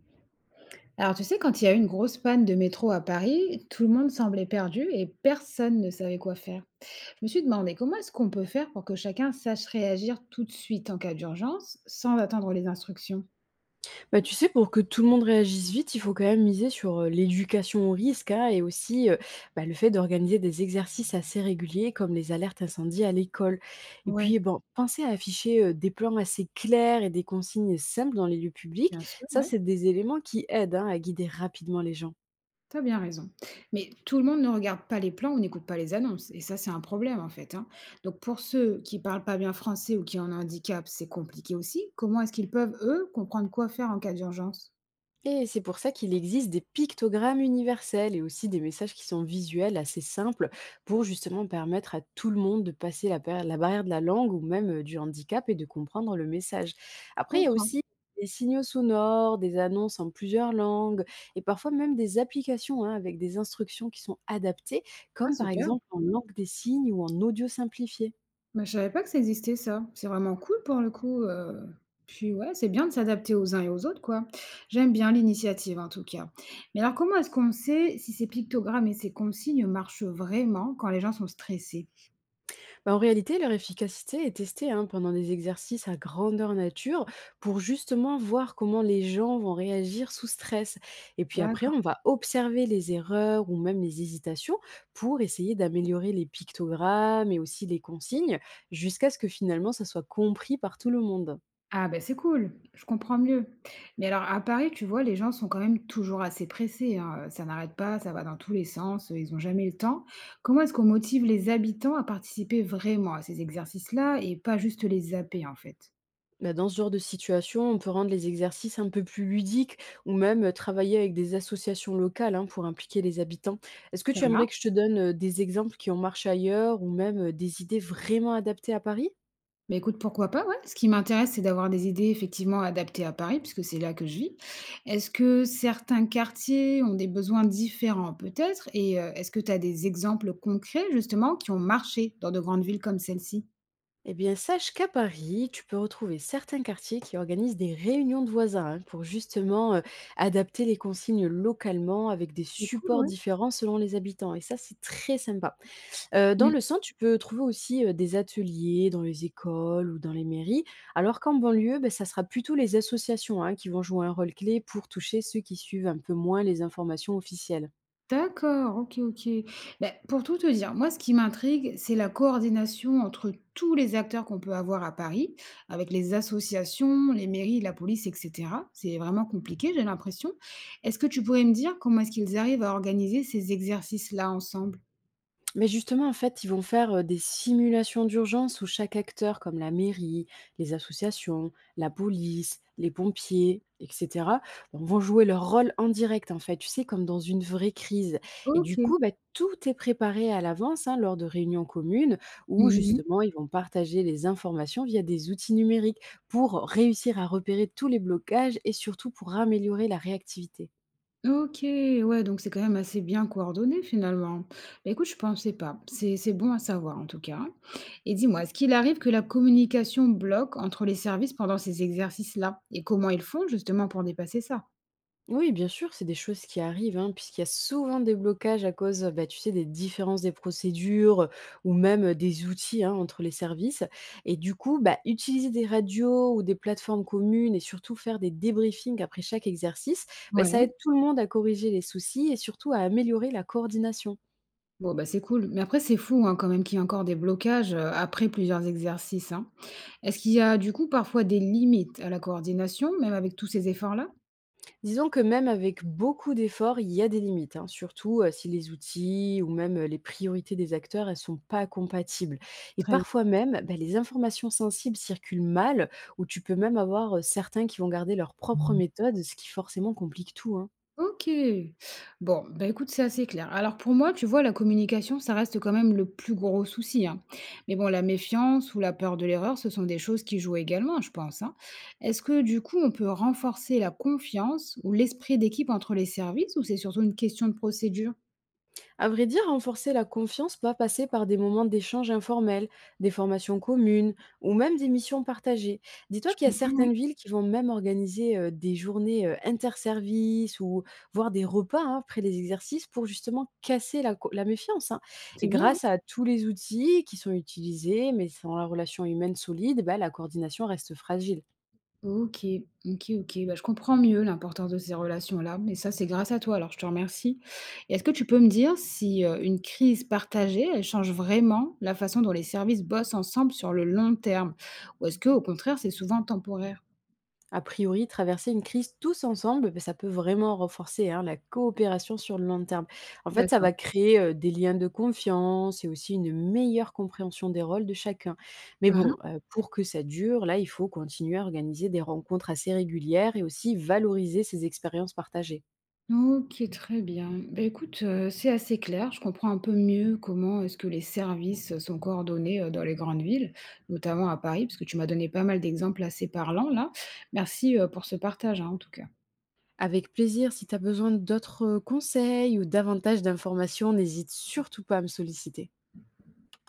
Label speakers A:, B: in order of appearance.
A: Alors, tu sais, quand il y a eu une grosse panne de métro à Paris, tout le monde semblait perdu et personne ne savait quoi faire. Je me suis demandé comment est-ce qu'on peut faire pour que chacun sache réagir tout de suite en cas d'urgence sans attendre les instructions.
B: Bah, tu sais, pour que tout le monde réagisse vite, il faut quand même miser sur, l'éducation au risque, hein, et aussi, le fait d'organiser des exercices assez réguliers comme les alertes incendies à l'école. Et puis,
A: Ouais,
B: bon, penser à afficher, des plans assez clairs et des consignes simples dans les lieux publics,
A: bien sûr,
B: ça,
A: ouais,
B: c'est des éléments qui aident, hein, à guider rapidement les gens.
A: t'as bien raison. Mais tout le monde ne regarde pas les plans ou n'écoute pas les annonces. Et ça, c'est un problème en fait, hein. Donc, pour ceux qui parlent pas bien français ou qui ont un handicap, c'est compliqué aussi. Comment est-ce qu'ils peuvent, eux, comprendre quoi faire en cas d'urgence?
B: Et c'est pour ça qu'il existe des pictogrammes universels et aussi des messages qui sont visuels assez simples pour justement permettre à tout le monde de passer la barrière de la langue ou même du handicap et de comprendre le message.
A: Je
B: Après, il y a
A: comprends.
B: aussi des signaux sonores, des annonces en plusieurs langues et parfois même des applications hein, avec des instructions qui sont adaptées,
A: Ah,
B: comme par
A: super.
B: exemple en langue des signes ou en audio simplifié.
A: Mais je savais pas que ça existait ça. C'est vraiment cool pour le coup, puis ouais, c'est bien de s'adapter aux uns et aux autres, quoi. J'aime bien l'initiative en tout cas. Mais alors comment est-ce qu'on sait si ces pictogrammes et ces consignes marchent vraiment quand les gens sont stressés?
B: Bah, en réalité, leur efficacité est testée hein, pendant des exercices à grandeur nature pour justement voir comment les gens vont réagir sous stress. Et puis après,
A: D'accord.
B: on va observer les erreurs ou même les hésitations pour essayer d'améliorer les pictogrammes et aussi les consignes jusqu'à ce que finalement ça soit compris par tout le monde.
A: Ah ben c'est cool, je comprends mieux. Mais alors à Paris, tu vois, les gens sont quand même toujours assez pressés, hein, ça n'arrête pas, ça va dans tous les sens, ils ont jamais le temps. Comment est-ce qu'on motive les habitants à participer vraiment à ces exercices-là et pas juste les zapper, en fait?
B: Bah, dans ce genre de situation, on peut rendre les exercices un peu plus ludiques ou même travailler avec des associations locales hein, pour impliquer les habitants. Est-ce que
A: Ça
B: tu aimerais que
A: marche?
B: je te donne des exemples qui ont marché ailleurs ou même des idées vraiment adaptées à Paris?
A: Mais écoute, pourquoi pas, ouais. Ce qui m'intéresse, c'est d'avoir des idées effectivement adaptées à Paris, puisque c'est là que je vis. Est-ce que certains quartiers ont des besoins différents peut-être? Et est-ce que tu as des exemples concrets justement qui ont marché dans de grandes villes comme celle-ci?
B: Eh bien, sache qu'à Paris, tu peux retrouver certains quartiers qui organisent des réunions de voisins hein, pour justement adapter les consignes localement avec des
A: C'est cool,
B: supports
A: ouais.
B: différents selon les habitants. Et ça, c'est très sympa. Dans
A: Mmh.
B: le centre, tu peux trouver aussi, des ateliers dans les écoles ou dans les mairies, alors qu'en banlieue, bah, ça sera plutôt les associations, hein, qui vont jouer un rôle clé pour toucher ceux qui suivent un peu moins les informations officielles.
A: D'accord, OK, OK. Beh, pour tout te dire, moi, ce qui m'intrigue, c'est la coordination entre tous les acteurs qu'on peut avoir à Paris, avec les associations, les mairies, la police, et cetera. C'est vraiment compliqué, j'ai l'impression. Est-ce que tu pourrais me dire comment est-ce qu'ils arrivent à organiser ces exercices-là ensemble?
B: Mais justement, en fait, ils vont faire, des simulations d'urgence où chaque acteur, comme la mairie, les associations, la police, les pompiers et cetera, ben, vont jouer leur rôle en direct, en fait, tu sais, comme dans une vraie crise, et du
A: OK.
B: coup, bah, tout est préparé à l'avance, hein, lors de réunions communes où
A: Mmh.
B: justement ils vont partager les informations via des outils numériques pour réussir à repérer tous les blocages et surtout pour améliorer la réactivité.
A: OK, ouais, donc c'est quand même assez bien coordonné finalement. Bah, écoute, je pensais pas. C'est bon à savoir en tout cas. Et dis-moi, est-ce qu'il arrive que la communication bloque entre les services pendant ces exercices-là? Et comment ils font justement pour dépasser ça?
B: Oui, bien sûr, c'est des choses qui arrivent, hein, puisqu'il y a souvent des blocages à cause, bah, tu sais, des différences des procédures ou même des outils hein, entre les services. Et du coup, bah, utiliser des radios ou des plateformes communes et surtout faire des débriefings après chaque exercice, bah, ça
A: Ouais,
B: aide tout le monde à corriger les soucis et surtout à améliorer la coordination.
A: bon bah c'est cool. Mais après c'est fou hein, quand même qu'il y ait encore des blocages après plusieurs exercices, hein. Est-ce qu'il y a du coup parfois des limites à la coordination, même avec tous ces efforts-là?
B: Disons que même avec beaucoup d'efforts, il y a des limites, hein, surtout si les outils ou même les priorités des acteurs, elles sont pas compatibles. Et
A: Très.
B: parfois même, bah, les informations sensibles circulent mal, ou tu peux même avoir certains qui vont garder leur propre méthode, ce qui forcément complique tout, hein.
A: OK. Bon, bah, écoute, c'est assez clair. Alors pour moi, tu vois, la communication, ça reste quand même le plus gros souci, hein. Mais bon, la méfiance ou la peur de l'erreur, ce sont des choses qui jouent également, je pense, hein. Est-ce que du coup, on peut renforcer la confiance ou l'esprit d'équipe entre les services ou c'est surtout une question de procédure?
B: À vrai dire, renforcer la confiance va passer par des moments d'échange informels, des formations communes ou même des missions partagées. Dis-toi
A: Je
B: qu'il y a
A: comprends, oui.
B: certaines villes qui vont même organiser des journées interservices ou voire des repas hein, après les exercices pour justement casser la méfiance, hein.
A: C'est
B: Et
A: bien.
B: grâce à tous les outils qui sont utilisés, mais sans la relation humaine solide, bah, la coordination reste fragile.
A: OK, OK, OK. Bah, je comprends mieux l'importance de ces relations-là, mais ça, c'est grâce à toi, alors je te remercie. Et est-ce que tu peux me dire si, une crise partagée, elle change vraiment la façon dont les services bossent ensemble sur le long terme? Ou est-ce que, au contraire, c'est souvent temporaire?
B: A priori, traverser une crise tous ensemble, beh, ça peut vraiment renforcer hein, la coopération sur le long terme. En fait, ça
A: D'accord.
B: va créer des liens de confiance et aussi une meilleure compréhension des rôles de chacun. Mais
A: Mmh.
B: bon, pour que ça dure, là, il faut continuer à organiser des rencontres assez régulières et aussi valoriser ces expériences partagées.
A: OK, très bien. Bah, écoute, c'est assez clair. Je comprends un peu mieux comment est-ce que les services sont coordonnés, dans les grandes villes, notamment à Paris, parce que tu m'as donné pas mal d'exemples assez parlants là. Merci, pour ce partage, hein, en tout cas.
B: Avec plaisir, si tu as besoin d'autres conseils ou davantage d'informations, n'hésite surtout pas à me solliciter.